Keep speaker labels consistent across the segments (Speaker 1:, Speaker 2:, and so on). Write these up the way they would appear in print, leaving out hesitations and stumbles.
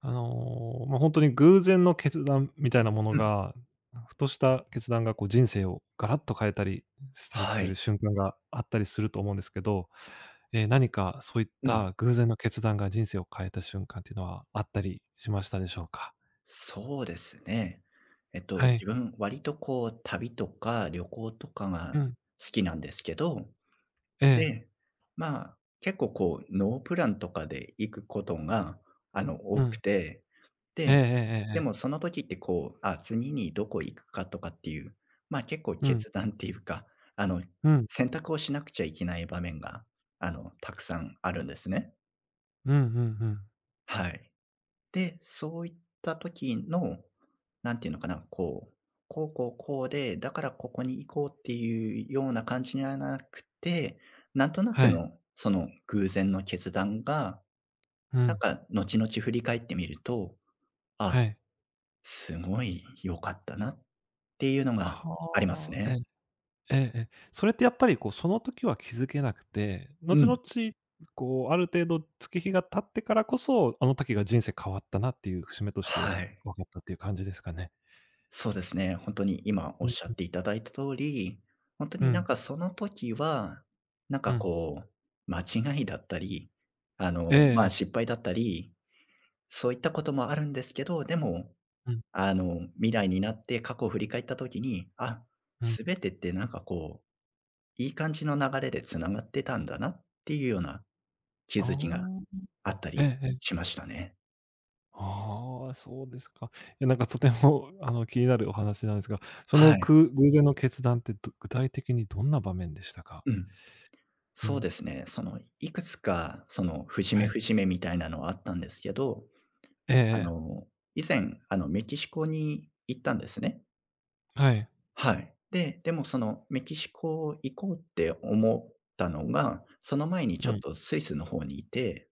Speaker 1: ま、本当に偶然の決断みたいなもの
Speaker 2: うん。
Speaker 1: が、ふとした決断がこう人生をガラッと変えたりしたり
Speaker 2: は
Speaker 1: する
Speaker 2: い。
Speaker 1: 瞬間があったりすると思うんですけど、何かそういっ
Speaker 2: うん。
Speaker 1: た偶然の決断が人生を変えた瞬間っていうのはあったりしましたでしょうか？
Speaker 2: そうですね。
Speaker 1: は
Speaker 2: 自
Speaker 1: い。
Speaker 2: 分、割とこう、旅とか旅行とか
Speaker 1: う
Speaker 2: が
Speaker 1: ん。
Speaker 2: 好きなんですけど、
Speaker 1: ええ。
Speaker 2: で、まあ、結構こう、ノープランとかで行くことが、
Speaker 1: う
Speaker 2: 多く
Speaker 1: ん。
Speaker 2: て、
Speaker 1: えええ
Speaker 2: で、
Speaker 1: ええええ
Speaker 2: でも
Speaker 1: え。
Speaker 2: その時ってこう、あ、次にどこ行くかとかっていう、まあ、結構
Speaker 1: うん。
Speaker 2: 決断っていうか、あの、
Speaker 1: うん。
Speaker 2: 選択をしなくちゃいけない場面が、たくさんあるんですね。
Speaker 1: うんうんうん。
Speaker 2: はい。で、そういった時の、なんていうのかな、こう、こうこうこうで、だからここに行こうっていうような感じじはなくて、なんとな
Speaker 1: は
Speaker 2: く
Speaker 1: い。
Speaker 2: のその偶然の決断が、
Speaker 1: う
Speaker 2: なん
Speaker 1: ん。
Speaker 2: か後々振り返ってみると、
Speaker 1: は
Speaker 2: あ、
Speaker 1: い。
Speaker 2: すごい良かったなっていうのがあります
Speaker 1: はあ、ええ。
Speaker 2: ね。
Speaker 1: ええええ。それってやっぱりこう、その時は気づけなくて、
Speaker 2: う
Speaker 1: 後
Speaker 2: ん。
Speaker 1: 々こう、ある程度月日が経ってからこそ、あの時が人生変わったなっていう節目として
Speaker 2: はい。
Speaker 1: 分かったっていう感じですかね。
Speaker 2: そうですね。本当に今
Speaker 1: う
Speaker 2: おっしゃ
Speaker 1: ん
Speaker 2: っていただいた通り、本当
Speaker 1: う
Speaker 2: になん
Speaker 1: ん、
Speaker 2: かその時は、なん
Speaker 1: う
Speaker 2: か
Speaker 1: ん。
Speaker 2: こう、間違いだったり、あ
Speaker 1: ええ
Speaker 2: の、ま
Speaker 1: ええ。
Speaker 2: あ、失敗だったり、そういったこともあるんですけど、でも、
Speaker 1: うん、
Speaker 2: 未来になって過去を振り返った時に、あ、
Speaker 1: うん。
Speaker 2: 全てってなんかこう、いい感じの流れでつながってたんだなっていうような気
Speaker 1: あ
Speaker 2: づきが
Speaker 1: あ。
Speaker 2: あった
Speaker 1: え
Speaker 2: り
Speaker 1: えええ。
Speaker 2: しましたね。
Speaker 1: ああ、そうですか。いやなんかとても気になるお話なんですが、そ
Speaker 2: は
Speaker 1: の
Speaker 2: い。
Speaker 1: く偶然の決断って具体的にどんな場面でしたか？
Speaker 2: うん。
Speaker 1: う
Speaker 2: そう
Speaker 1: ん。
Speaker 2: ですね。その、いくつか、その、節
Speaker 1: は
Speaker 2: 目
Speaker 1: い。
Speaker 2: 節目みたいなのはあったんですけど、
Speaker 1: ええ
Speaker 2: あ
Speaker 1: ええ。
Speaker 2: の、以前、メキシコに行ったんですね。
Speaker 1: はい。
Speaker 2: はい。で、でもその、メキシコ行こうって思ったのが、その前に
Speaker 1: う
Speaker 2: ちょっ
Speaker 1: ん。
Speaker 2: とスイスの方にいて、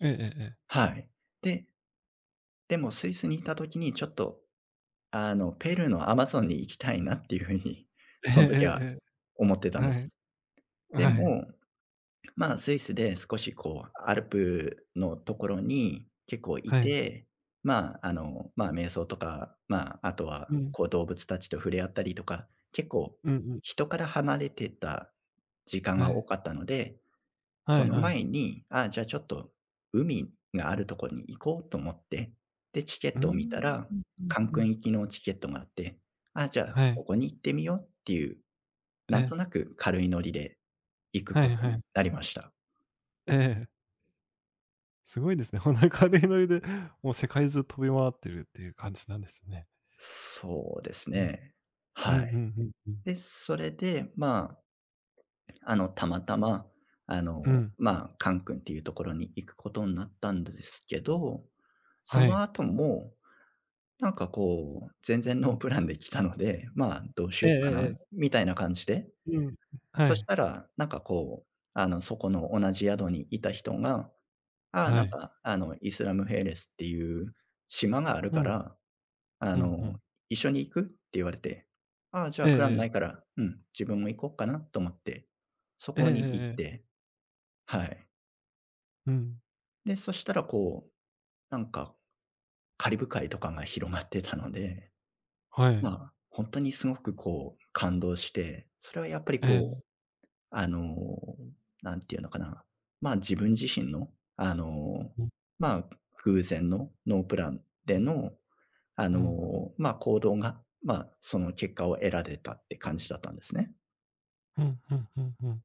Speaker 1: ええええええ。
Speaker 2: はい。で、でもスイスにいた時にちょっと、ペルーのアマゾンに行きたいなっていうふうに、
Speaker 1: え
Speaker 2: そ
Speaker 1: え
Speaker 2: の時は
Speaker 1: えええ
Speaker 2: 思ってた
Speaker 1: え。
Speaker 2: んで
Speaker 1: はい。
Speaker 2: す。で
Speaker 1: はい、
Speaker 2: もまあ、スイスで少しこう、アルプのところに結構い
Speaker 1: はい。
Speaker 2: て、まあ、まあ、瞑想とか、まあ、あとは、
Speaker 1: うん、
Speaker 2: こう、動物たちと触れ合ったりとか、結構、
Speaker 1: うんうん。
Speaker 2: 人から離れてた時間
Speaker 1: は
Speaker 2: が多
Speaker 1: い。
Speaker 2: かったので、
Speaker 1: は
Speaker 2: そ
Speaker 1: い
Speaker 2: の
Speaker 1: はい。
Speaker 2: 前に、ああ、じゃあちょっと、海があるところに行こうと思って、で、チケ
Speaker 1: う
Speaker 2: ッ
Speaker 1: ー
Speaker 2: トを見た
Speaker 1: ん、
Speaker 2: ら、
Speaker 1: うんうん
Speaker 2: カン
Speaker 1: う
Speaker 2: クン
Speaker 1: ん。
Speaker 2: 行きのチケットがあって、ああ、じゃあ、
Speaker 1: はい。
Speaker 2: ここに行ってみようっていう、
Speaker 1: え
Speaker 2: なんと
Speaker 1: え、
Speaker 2: なく軽いノリで行く
Speaker 1: は
Speaker 2: こ
Speaker 1: い
Speaker 2: と
Speaker 1: は
Speaker 2: に
Speaker 1: い。
Speaker 2: なりました。
Speaker 1: ええ。すごいですね。ほんとに軽いノリで、もう世界中飛び回ってるっていう感じなんですね。
Speaker 2: そうです
Speaker 1: うん。
Speaker 2: ね。
Speaker 1: うんう
Speaker 2: はい。
Speaker 1: んうんうん。
Speaker 2: で、それで、まあ、たまたま、
Speaker 1: うん。
Speaker 2: まあ、カン君っていうところに行くことになったんですけど、そ
Speaker 1: は
Speaker 2: の
Speaker 1: い。
Speaker 2: 後も、なんかこう、全然ノープランで来たので、まあ、どうし
Speaker 1: ええ
Speaker 2: よ
Speaker 1: え
Speaker 2: うか
Speaker 1: え
Speaker 2: な
Speaker 1: ええ。
Speaker 2: みたいな感じで、
Speaker 1: うん。は
Speaker 2: そし
Speaker 1: い。
Speaker 2: たら、なんかこう、そこの同じ宿にいた人が、ああ、
Speaker 1: は
Speaker 2: なん
Speaker 1: い。
Speaker 2: か、イスラムヘレスっていう島がある
Speaker 1: う
Speaker 2: か
Speaker 1: ん。
Speaker 2: らあ
Speaker 1: うんう
Speaker 2: の、
Speaker 1: ん。
Speaker 2: 「一緒に行く？」って言われて、「ああ、じゃ
Speaker 1: え
Speaker 2: あ
Speaker 1: え
Speaker 2: プラン
Speaker 1: え
Speaker 2: ないか
Speaker 1: え。
Speaker 2: ら、うん、自分も行こうかな」と思って、そ
Speaker 1: えええ
Speaker 2: こに行っ
Speaker 1: えええ。
Speaker 2: て、はい。
Speaker 1: うん。
Speaker 2: で、そしたらこう、なんかカリブ海とかが広がってたので、
Speaker 1: は
Speaker 2: ま
Speaker 1: い。
Speaker 2: あ、本当にすごくこう感動して、それはやっぱり
Speaker 1: え
Speaker 2: こう、
Speaker 1: え。
Speaker 2: あの、なんていうのかな、ま、自分自身の、
Speaker 1: うん、
Speaker 2: まあ、偶然のノープランでの
Speaker 1: うん。
Speaker 2: まあ、行動が、まあ、その結果を得られたって感じだったんですね。
Speaker 1: うんうんうんうん。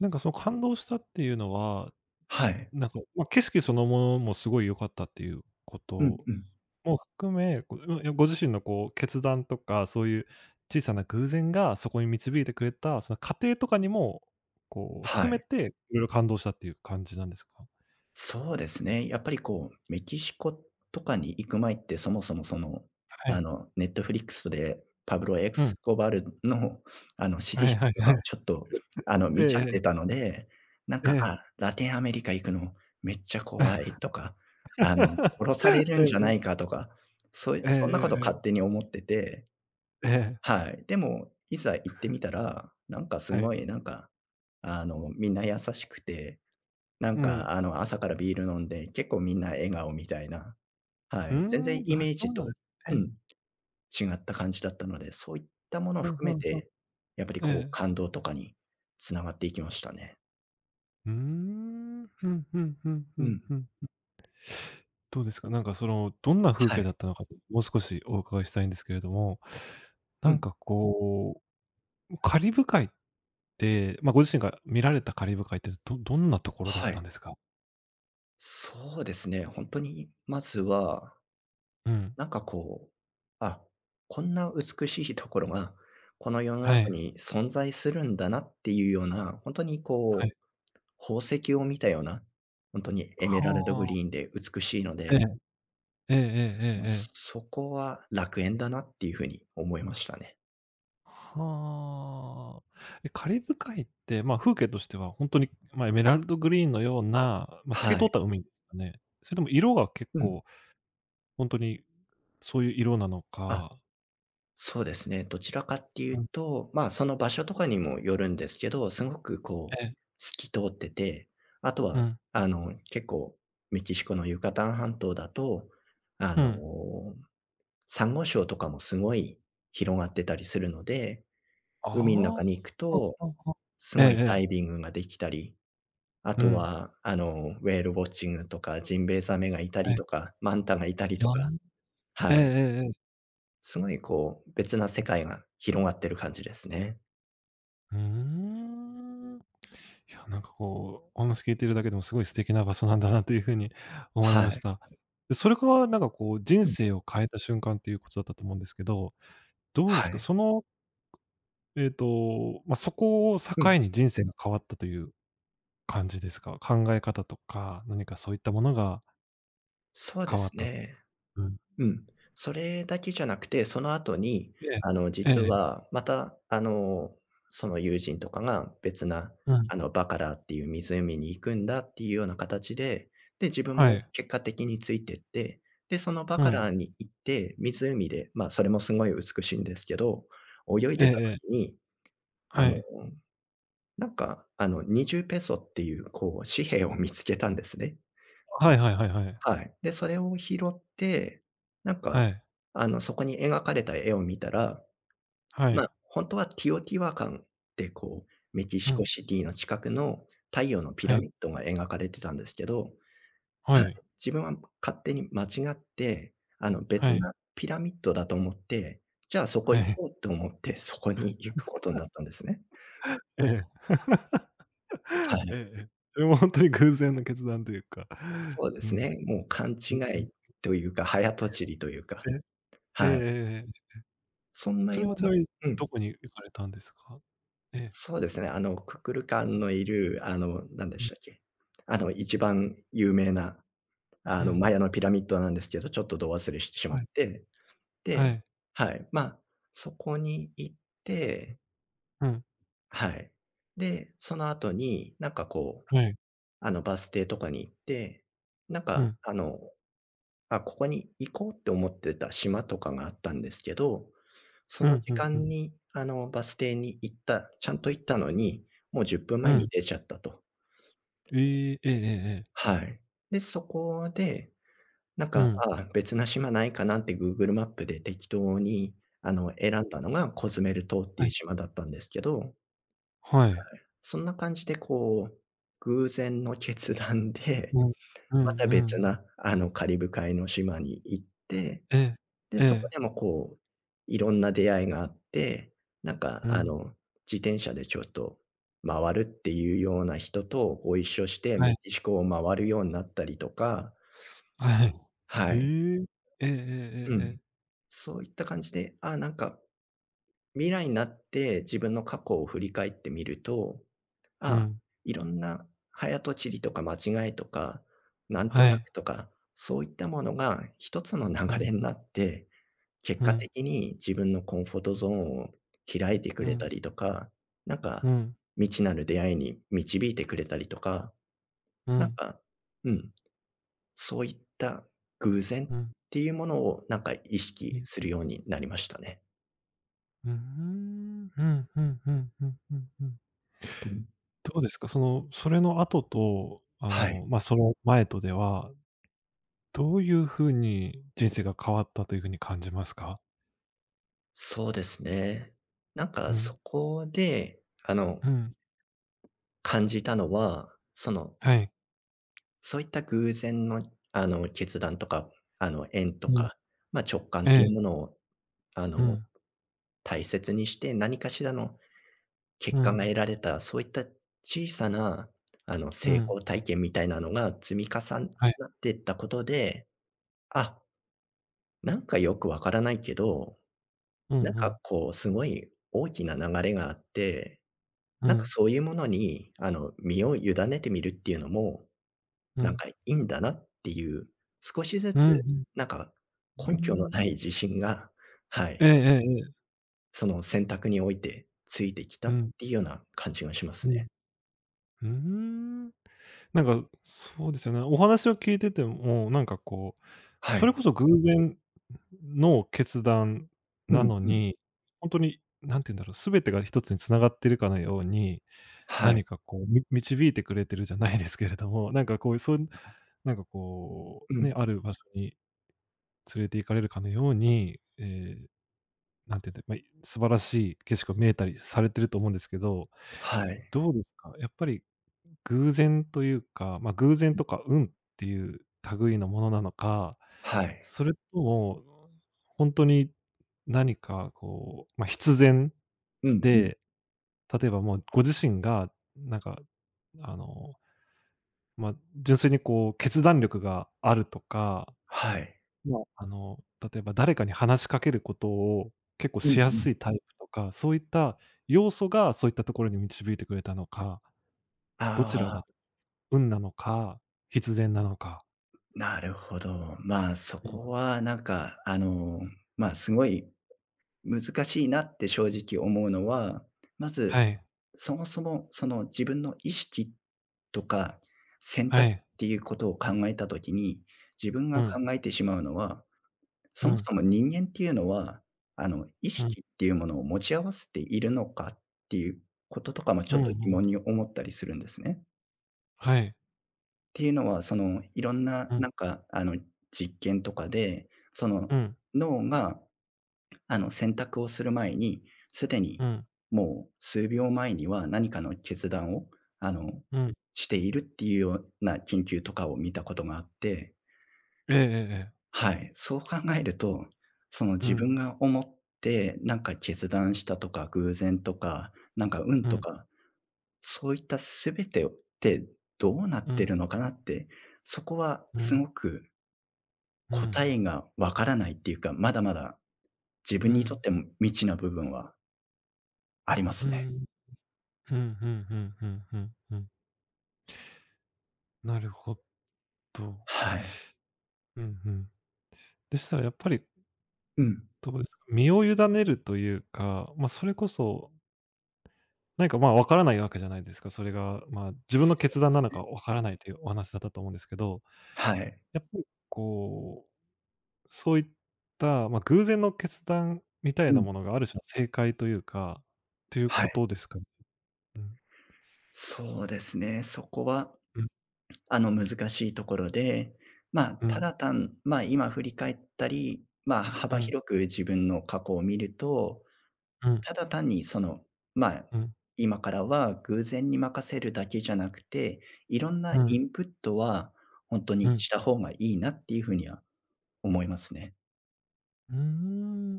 Speaker 1: なんかその感動したっていうのは、
Speaker 2: はい。
Speaker 1: なんか、ま、景色そのものもすごい良かったっていうこ
Speaker 2: うん
Speaker 1: と
Speaker 2: うん。
Speaker 1: も含め、うん、いや、ご自身のこう決断とか、そういう小さな偶然がそこに導いてくれた、その過程とかにも、こう
Speaker 2: は
Speaker 1: 含め
Speaker 2: い。
Speaker 1: て、いろいろ感動したっていう感じなんですか？
Speaker 2: そうですね。やっぱりこう、メキシコとかに行く前って、そもそもその、
Speaker 1: はい。
Speaker 2: ネットフリックスでパブロ・エク
Speaker 1: う
Speaker 2: ス
Speaker 1: ん。
Speaker 2: コバルの、シ
Speaker 1: は
Speaker 2: リー
Speaker 1: いはい
Speaker 2: ズ
Speaker 1: はい。
Speaker 2: とかを ちょっと、見ちゃっ
Speaker 1: え
Speaker 2: て
Speaker 1: え
Speaker 2: たので、なん
Speaker 1: ええ、
Speaker 2: か、
Speaker 1: え
Speaker 2: あ、
Speaker 1: え。
Speaker 2: ラテンアメリカ行くのめっちゃ怖いとか、あの、殺される ん
Speaker 1: え
Speaker 2: じゃない
Speaker 1: え
Speaker 2: かとか、そういう
Speaker 1: ええ、
Speaker 2: そんなこと
Speaker 1: ええ
Speaker 2: 勝
Speaker 1: え
Speaker 2: 手
Speaker 1: え
Speaker 2: に思ってて。
Speaker 1: ええ、ええ、
Speaker 2: はい。でも、いざ行ってみたら、なんかす
Speaker 1: はい。
Speaker 2: ごい、なんか、みんな優しくて、な
Speaker 1: う
Speaker 2: ん
Speaker 1: ん。
Speaker 2: か、朝からビール飲んで、結構みんな笑顔みたいな、は
Speaker 1: うー
Speaker 2: い。全然
Speaker 1: ん、
Speaker 2: イ
Speaker 1: あ、
Speaker 2: メー
Speaker 1: そ
Speaker 2: ジ
Speaker 1: うなんで
Speaker 2: と、
Speaker 1: す。え
Speaker 2: う
Speaker 1: え、
Speaker 2: ん、違った感じだったので、そういったものを
Speaker 1: ふん
Speaker 2: 含
Speaker 1: ふ
Speaker 2: め
Speaker 1: んふん。
Speaker 2: て、やっぱり
Speaker 1: え
Speaker 2: こう、
Speaker 1: え。
Speaker 2: 感動とかに繋がっていきましたね。
Speaker 1: うーん、ふんふんふんふ
Speaker 2: う
Speaker 1: ん
Speaker 2: ん。
Speaker 1: ふん。どうですか？なんかその、どんな風
Speaker 2: は
Speaker 1: 景
Speaker 2: い。
Speaker 1: だったのか、もう少しお伺いしたいんですけれども、
Speaker 2: う
Speaker 1: なん
Speaker 2: ん。
Speaker 1: かこう、カリブ海って、ま、ご自身が見られたカリブ海って、どんなところだっ
Speaker 2: は
Speaker 1: たん
Speaker 2: い。
Speaker 1: ですか？
Speaker 2: そうですね。本当に、まずは
Speaker 1: うん。
Speaker 2: なんかこう、あ、こんな美しいところが、この世の
Speaker 1: は
Speaker 2: 中
Speaker 1: い。
Speaker 2: に存在するんだなっていうような、ほんとに
Speaker 1: はい。
Speaker 2: こう、宝石を見たような、ほんとにエメラ
Speaker 1: は
Speaker 2: ルドグ
Speaker 1: あ。
Speaker 2: リーンで美しいの
Speaker 1: え
Speaker 2: で、
Speaker 1: え。えええええ
Speaker 2: もう
Speaker 1: えええ。
Speaker 2: そこは楽園だなっていう風に思いましたね。
Speaker 1: はあ。え、カリブ海って、ま、風景としてはほんとに、ま、エメラルドグリーンのような、ま、透き
Speaker 2: は
Speaker 1: 通
Speaker 2: い。
Speaker 1: った海ですかね？それとも色が結
Speaker 2: うん。
Speaker 1: 構ほんとにそういう色なの
Speaker 2: あ、
Speaker 1: か、
Speaker 2: そうですね。どちらかっていう
Speaker 1: うん、
Speaker 2: と、まあ、その場所とかにもよるんですけど、すごくこ
Speaker 1: え
Speaker 2: う、
Speaker 1: え、
Speaker 2: 透き通ってて、あと
Speaker 1: う
Speaker 2: は、
Speaker 1: ん。
Speaker 2: 結構、メキシコのユカタン半島だと、あ
Speaker 1: う
Speaker 2: の、
Speaker 1: ん。
Speaker 2: サンゴ礁とかもすごい広がってたりするので、
Speaker 1: ああ。
Speaker 2: 海の中
Speaker 1: は
Speaker 2: に行く
Speaker 1: あは
Speaker 2: と、
Speaker 1: あはあ。
Speaker 2: す
Speaker 1: えええ
Speaker 2: ごいダイ
Speaker 1: え。
Speaker 2: ビングができたり、あ
Speaker 1: う
Speaker 2: と
Speaker 1: ん。
Speaker 2: は、ウェールウォッチングとか、ジンベエザメがいた
Speaker 1: は
Speaker 2: り
Speaker 1: い。
Speaker 2: とか、マンタがいたりと
Speaker 1: ああ。
Speaker 2: か、
Speaker 1: ええ
Speaker 2: は
Speaker 1: え
Speaker 2: い。
Speaker 1: えええ。
Speaker 2: すごいこう、別な世界が広がってる感じですね。
Speaker 1: うーん。いや、なんかこう、お話聞いてるだけでもすごい素敵な場所なんだなという風に思い
Speaker 2: は
Speaker 1: まし
Speaker 2: い。
Speaker 1: た。で、それからなんかこう、人
Speaker 2: うん。
Speaker 1: 生を変えた瞬間っていうことだったと思うんですけど、どうで
Speaker 2: は
Speaker 1: すか？
Speaker 2: い。
Speaker 1: その、ま、そこを
Speaker 2: うん。
Speaker 1: 境に人生が変わったという感じですか？考え方とか、何かそういったものが
Speaker 2: そうで
Speaker 1: 変わっ
Speaker 2: す
Speaker 1: た。
Speaker 2: ね。
Speaker 1: うん。
Speaker 2: うん。それだけじゃなくて、その後に、
Speaker 1: ええ。えええ
Speaker 2: 実
Speaker 1: え。
Speaker 2: はまた、その友人とかが別な、
Speaker 1: うん。
Speaker 2: バカラっていう湖に行くんだっていうような形で、で、自分
Speaker 1: は
Speaker 2: も
Speaker 1: い。
Speaker 2: 結果的についてって、で、そのバ
Speaker 1: う
Speaker 2: カ
Speaker 1: ん。
Speaker 2: ラに行って、湖で、まあ、それもすごい美しいんですけど、泳い
Speaker 1: え
Speaker 2: で
Speaker 1: え
Speaker 2: た
Speaker 1: え
Speaker 2: 時
Speaker 1: え。
Speaker 2: に、あ
Speaker 1: は
Speaker 2: の
Speaker 1: い。
Speaker 2: なんか、20ペソっていうこう紙幣を見つけたんですね。
Speaker 1: はいはいはいはい。
Speaker 2: はい。で、それを拾って、なん
Speaker 1: は
Speaker 2: か、
Speaker 1: い。
Speaker 2: そこに描かれた絵を見たら、
Speaker 1: はい。
Speaker 2: 本当はティオティワカンってこう、メキ
Speaker 1: う
Speaker 2: シコ
Speaker 1: ん。
Speaker 2: シティの近くの太陽のピ
Speaker 1: は
Speaker 2: ラ
Speaker 1: い。
Speaker 2: ミッドが描かれてたんですけど、
Speaker 1: は
Speaker 2: はい、
Speaker 1: い。
Speaker 2: 自分は勝手に間違って、
Speaker 1: は
Speaker 2: 別
Speaker 1: い。
Speaker 2: なピラミッドだと思って、じゃあ、そこ
Speaker 1: は
Speaker 2: 行
Speaker 1: い。
Speaker 2: こうと思って、そこに行くことになったんですね。
Speaker 1: ええ。ええ
Speaker 2: はい。
Speaker 1: ええ、それもほんに偶然の決断というか、
Speaker 2: そうで
Speaker 1: う
Speaker 2: す
Speaker 1: ん。
Speaker 2: ね。もう勘
Speaker 1: う
Speaker 2: 違
Speaker 1: ん、
Speaker 2: いというか、早とちりというか、
Speaker 1: えええ
Speaker 2: はい。
Speaker 1: えええ、
Speaker 2: そんな
Speaker 1: それ
Speaker 2: よ
Speaker 1: は
Speaker 2: う
Speaker 1: ち
Speaker 2: な。
Speaker 1: なみに
Speaker 2: う
Speaker 1: ど
Speaker 2: ん、
Speaker 1: こに行かれたんですか？ええ。
Speaker 2: そうですね。ククルカンのいる、なんで
Speaker 1: うん。
Speaker 2: したっけ、一番有名な、
Speaker 1: うん。
Speaker 2: マヤのピラミッドなんですけど、ちょっとど忘れしてしま
Speaker 1: は
Speaker 2: っ
Speaker 1: い。
Speaker 2: て、
Speaker 1: は
Speaker 2: で、
Speaker 1: い。
Speaker 2: はい、そこに行っ
Speaker 1: う
Speaker 2: て、
Speaker 1: ん。
Speaker 2: はい。で、その後に、なんかこう、
Speaker 1: はい。
Speaker 2: バス停とかに行って、なん
Speaker 1: う
Speaker 2: か、
Speaker 1: ん。
Speaker 2: あ、ここに行こうって思ってた島とかがあったんですけど、そ
Speaker 1: う
Speaker 2: の
Speaker 1: ん、
Speaker 2: 時
Speaker 1: うんう
Speaker 2: 間
Speaker 1: ん。
Speaker 2: に、バス停に行った、ちゃんと行ったのに、もう10分
Speaker 1: う
Speaker 2: 前に
Speaker 1: ん。
Speaker 2: 出ちゃったと。
Speaker 1: ええ、ええええええ。
Speaker 2: はい。で、そこで、なん
Speaker 1: う
Speaker 2: か、
Speaker 1: ん。
Speaker 2: あ、別な島ないかなって Google マップで適当に、選んだのがコズメル島って
Speaker 1: は
Speaker 2: いう
Speaker 1: い。
Speaker 2: 島だったんですけど、
Speaker 1: はい。
Speaker 2: そんな感じでこう、偶然の決断で、
Speaker 1: うん。う
Speaker 2: また
Speaker 1: んう
Speaker 2: 別
Speaker 1: ん。
Speaker 2: な、カリブ海の島に行って、
Speaker 1: ええ。
Speaker 2: で、
Speaker 1: え
Speaker 2: そこ
Speaker 1: え。
Speaker 2: でもこう、いろんな出会いがあって、なんか
Speaker 1: うん。
Speaker 2: 自転車でちょっと回るっていうような人とご一緒して、
Speaker 1: は
Speaker 2: メ
Speaker 1: い。
Speaker 2: キシコを回るようになったりとか、
Speaker 1: はい。
Speaker 2: は
Speaker 1: え
Speaker 2: い。
Speaker 1: え。えええええ
Speaker 2: う
Speaker 1: ええ
Speaker 2: ん。
Speaker 1: え。
Speaker 2: そういった感じで、ああ、なんか未来になって自分の過去を振り返ってみると、あ
Speaker 1: う
Speaker 2: あ、
Speaker 1: ん。
Speaker 2: いろんな早とちりとか間違いとか、なんと
Speaker 1: は
Speaker 2: な
Speaker 1: い。
Speaker 2: くとか、そういったものが一つの
Speaker 1: う
Speaker 2: 流
Speaker 1: ん、
Speaker 2: れになって結
Speaker 1: う
Speaker 2: 果
Speaker 1: ん、
Speaker 2: 的に自分のコンフォートゾーンを開いてく
Speaker 1: う
Speaker 2: れ
Speaker 1: ん、
Speaker 2: たりとか、なん
Speaker 1: う
Speaker 2: か、
Speaker 1: ん、
Speaker 2: 未知なる出会いに導いてくれたりとか、
Speaker 1: う
Speaker 2: なん
Speaker 1: ん、
Speaker 2: か、うん、そういった偶然
Speaker 1: う
Speaker 2: っ
Speaker 1: ん、
Speaker 2: ていうものをなんか意
Speaker 1: う
Speaker 2: 識
Speaker 1: ん。
Speaker 2: するようになりましたね。
Speaker 1: うーん。ふんふんふんふんふんふん。
Speaker 2: うん。
Speaker 1: どうですか、その、それの後と、
Speaker 2: はい。
Speaker 1: ま、その前とでは、どういう風に人生が変わったという風に感じますか？
Speaker 2: そうですね。なんか
Speaker 1: うん、
Speaker 2: そこで、
Speaker 1: うん、
Speaker 2: 感じたのは、その、
Speaker 1: はい、
Speaker 2: そういった偶然の、決断とか、縁
Speaker 1: う
Speaker 2: と
Speaker 1: ん、
Speaker 2: か、ま、直感
Speaker 1: え
Speaker 2: ってい
Speaker 1: え、
Speaker 2: うものを、あ
Speaker 1: う
Speaker 2: の
Speaker 1: ん、
Speaker 2: 大切にして、何かしらの
Speaker 1: う
Speaker 2: 結果が
Speaker 1: ん、
Speaker 2: 得られた、そういった小さな、
Speaker 1: う
Speaker 2: 成
Speaker 1: ん、
Speaker 2: 功体験みたいなのが積み重
Speaker 1: はい、
Speaker 2: なっていったことで、あ、なんかよくわからないけど、
Speaker 1: うんう
Speaker 2: なんか
Speaker 1: ん、
Speaker 2: こうすごい大きな流れがあって、
Speaker 1: う
Speaker 2: なんか
Speaker 1: ん、
Speaker 2: そういうものに、身を委ねてみるっていうのも、
Speaker 1: う
Speaker 2: なん
Speaker 1: ん、
Speaker 2: かいいんだなっていう、少しず
Speaker 1: う
Speaker 2: つ、
Speaker 1: ん、
Speaker 2: なんか
Speaker 1: う
Speaker 2: 根拠
Speaker 1: ん、
Speaker 2: の
Speaker 1: うーん。
Speaker 2: ない自信がは
Speaker 1: ええ
Speaker 2: い、
Speaker 1: ええええ、
Speaker 2: その選択においてついてきた
Speaker 1: う
Speaker 2: っ
Speaker 1: ん、
Speaker 2: ていうような感じがします
Speaker 1: う
Speaker 2: ね。
Speaker 1: ん。うーん。なんか、そうですよね。お話を聞いてても、なんかこう、
Speaker 2: は
Speaker 1: それ
Speaker 2: い。
Speaker 1: こそ偶然の決断
Speaker 2: う
Speaker 1: な
Speaker 2: ん
Speaker 1: の
Speaker 2: うん。
Speaker 1: に、ほんとに、何て言うんだろう、全てが一つに繋がってるかのように、
Speaker 2: はい。
Speaker 1: 何かこう、導いてくれてるじゃないですけれども、なんかこう、そういうなんかこ
Speaker 2: う
Speaker 1: う、ね、
Speaker 2: ん。
Speaker 1: ある場所に連れて行かれるかのように、ええ、何て言うんだ、ま、素晴らしい景色が見えたりされてると思うんですけど、
Speaker 2: はい。
Speaker 1: どうですか？やっぱり偶然というか、まあ、偶然とか運っていう類のものなのか、
Speaker 2: はい。
Speaker 1: それとも、本当に何かこう、まあ、必然
Speaker 2: うんうん。
Speaker 1: で、例えばもうご自身がなんか、あの、まあ、純粋にこう決断力があるとか、
Speaker 2: はい。
Speaker 1: まあ、例えば誰かに話しかけることを結構
Speaker 2: うんう
Speaker 1: しや
Speaker 2: ん。
Speaker 1: すいタイプとか、そういった要素がそういったところに導いてくれたのか、どちら
Speaker 2: あ
Speaker 1: だと
Speaker 2: あ、
Speaker 1: 運なのか、必然なのか。
Speaker 2: なるほど。まあ、そ
Speaker 1: うん。
Speaker 2: こはなんか、まあ、すごい難しいなって正直思うのは、ま
Speaker 1: は
Speaker 2: ず、
Speaker 1: い、
Speaker 2: そもそもその自分の意識とか選
Speaker 1: は
Speaker 2: 択
Speaker 1: い。
Speaker 2: っていうことを考えたときに、自分
Speaker 1: う
Speaker 2: が
Speaker 1: ん、
Speaker 2: 考えてしまうのはそ
Speaker 1: う
Speaker 2: も
Speaker 1: ん、
Speaker 2: そも人間っていうのは、意
Speaker 1: うん、
Speaker 2: 識っていうものを持ち合わせているのかっていうこととかもち
Speaker 1: う
Speaker 2: ょっ
Speaker 1: んう
Speaker 2: と
Speaker 1: ん。
Speaker 2: 疑問に思ったりするんですね。
Speaker 1: はい。
Speaker 2: っていうのは、その、いろんな、
Speaker 1: うん、
Speaker 2: なんか、実験とかで、その、
Speaker 1: うん、
Speaker 2: 脳が、選択をする前に、すで
Speaker 1: う
Speaker 2: に
Speaker 1: ん、
Speaker 2: もう数秒前には何かの決断を、あの、
Speaker 1: うん。
Speaker 2: しているっていうような研究とかを見たことがあって
Speaker 1: ええええええ。
Speaker 2: はい、そう考えると、その
Speaker 1: う
Speaker 2: 自
Speaker 1: ん、
Speaker 2: 分が思って、なんか決断したとか、偶然とか、なんか
Speaker 1: う
Speaker 2: 運と
Speaker 1: ん、
Speaker 2: か、そういった全てってどうなっ
Speaker 1: う
Speaker 2: て
Speaker 1: ん、
Speaker 2: るのかなって、そこは
Speaker 1: う
Speaker 2: す
Speaker 1: ん、
Speaker 2: ごく
Speaker 1: うん、
Speaker 2: 答えがわからないっていうか、まだまだ自
Speaker 1: う
Speaker 2: 分にとっ
Speaker 1: ん、
Speaker 2: ても未知な部分はありま
Speaker 1: う
Speaker 2: すね。
Speaker 1: ん、うんうんうんうんうんうん。うん、なるほど。
Speaker 2: はい。
Speaker 1: うんうん。でしたらやっぱり、
Speaker 2: うん。
Speaker 1: どうですか、身を委ねるというか、ま、それこそなんか、まあ、わからないわけじゃないですか。それが、まあ、自分の
Speaker 2: そう
Speaker 1: 決
Speaker 2: で
Speaker 1: 断なの
Speaker 2: す。
Speaker 1: かわからないというお話だったと思うんですけど、
Speaker 2: はい。
Speaker 1: やっぱりこう、そういった、ま、偶然の決断みたい
Speaker 2: う
Speaker 1: な
Speaker 2: ん。
Speaker 1: ものがある種の正解というか、という
Speaker 2: は
Speaker 1: こ
Speaker 2: い。
Speaker 1: とですか？うん、
Speaker 2: そうですね、そこは
Speaker 1: うん、
Speaker 2: 難しいところで、まあ、
Speaker 1: う
Speaker 2: た
Speaker 1: ん、
Speaker 2: だ単まあ、今振り返ったり、まあ、
Speaker 1: う
Speaker 2: 幅
Speaker 1: ん、
Speaker 2: 広く自分の過去を見ると、
Speaker 1: うん、うん、
Speaker 2: ただ単にその、まあ、
Speaker 1: う
Speaker 2: 今からは偶然に任せるだけじゃなくて、いろんなイ
Speaker 1: ん、
Speaker 2: ンプットは本当
Speaker 1: う
Speaker 2: に
Speaker 1: ん。
Speaker 2: した方がいいなっていうふうには思いますね。
Speaker 1: うーん。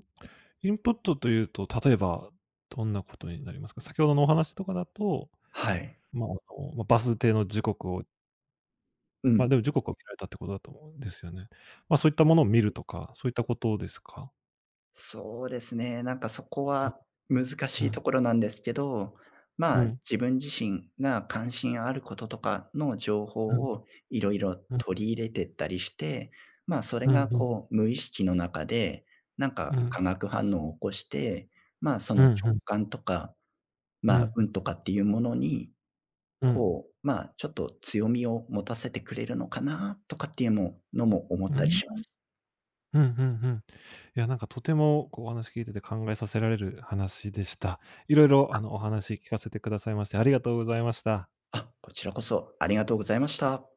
Speaker 1: インプットというと、例えばどんなことになりますか？先ほどのお話とかだと、
Speaker 2: はい。
Speaker 1: まあ、ま、バス停の時刻を
Speaker 2: う
Speaker 1: まあ、
Speaker 2: ん。
Speaker 1: でも時刻を見られたってことだと思うんですよね。まあ、そういったものを見るとか、そういったことですか？
Speaker 2: そうですね、なんかそこ
Speaker 1: い
Speaker 2: は難
Speaker 1: う
Speaker 2: しい
Speaker 1: ん、
Speaker 2: ところなんですけど、
Speaker 1: う
Speaker 2: まあ、
Speaker 1: ん、
Speaker 2: 自分自身が関心あることとかの情
Speaker 1: うん、う
Speaker 2: 報
Speaker 1: ん、
Speaker 2: をいろいろ
Speaker 1: うん、
Speaker 2: 取り入れてったりして、まあ、それ
Speaker 1: うん、
Speaker 2: が
Speaker 1: うん、
Speaker 2: こう無意識の中で、なん
Speaker 1: うん、う
Speaker 2: か
Speaker 1: ん、
Speaker 2: 化学反応を起こして、まあ、そ
Speaker 1: うん、
Speaker 2: の
Speaker 1: う
Speaker 2: 直
Speaker 1: ん、
Speaker 2: 感とか、
Speaker 1: う
Speaker 2: まあ、
Speaker 1: ん、
Speaker 2: 運とかっていうものに、
Speaker 1: うん、
Speaker 2: こう、まあ、ちょっと強みを持たせてくれるのかなとかっていうのものも思ったりします。
Speaker 1: うん、うん。いや、なんかとてもこうお話聞いてて考えさせられる話でした。いろいろお話聞かせてくださいましてありがとうございました。
Speaker 2: あ、こちらこそありがとうございました。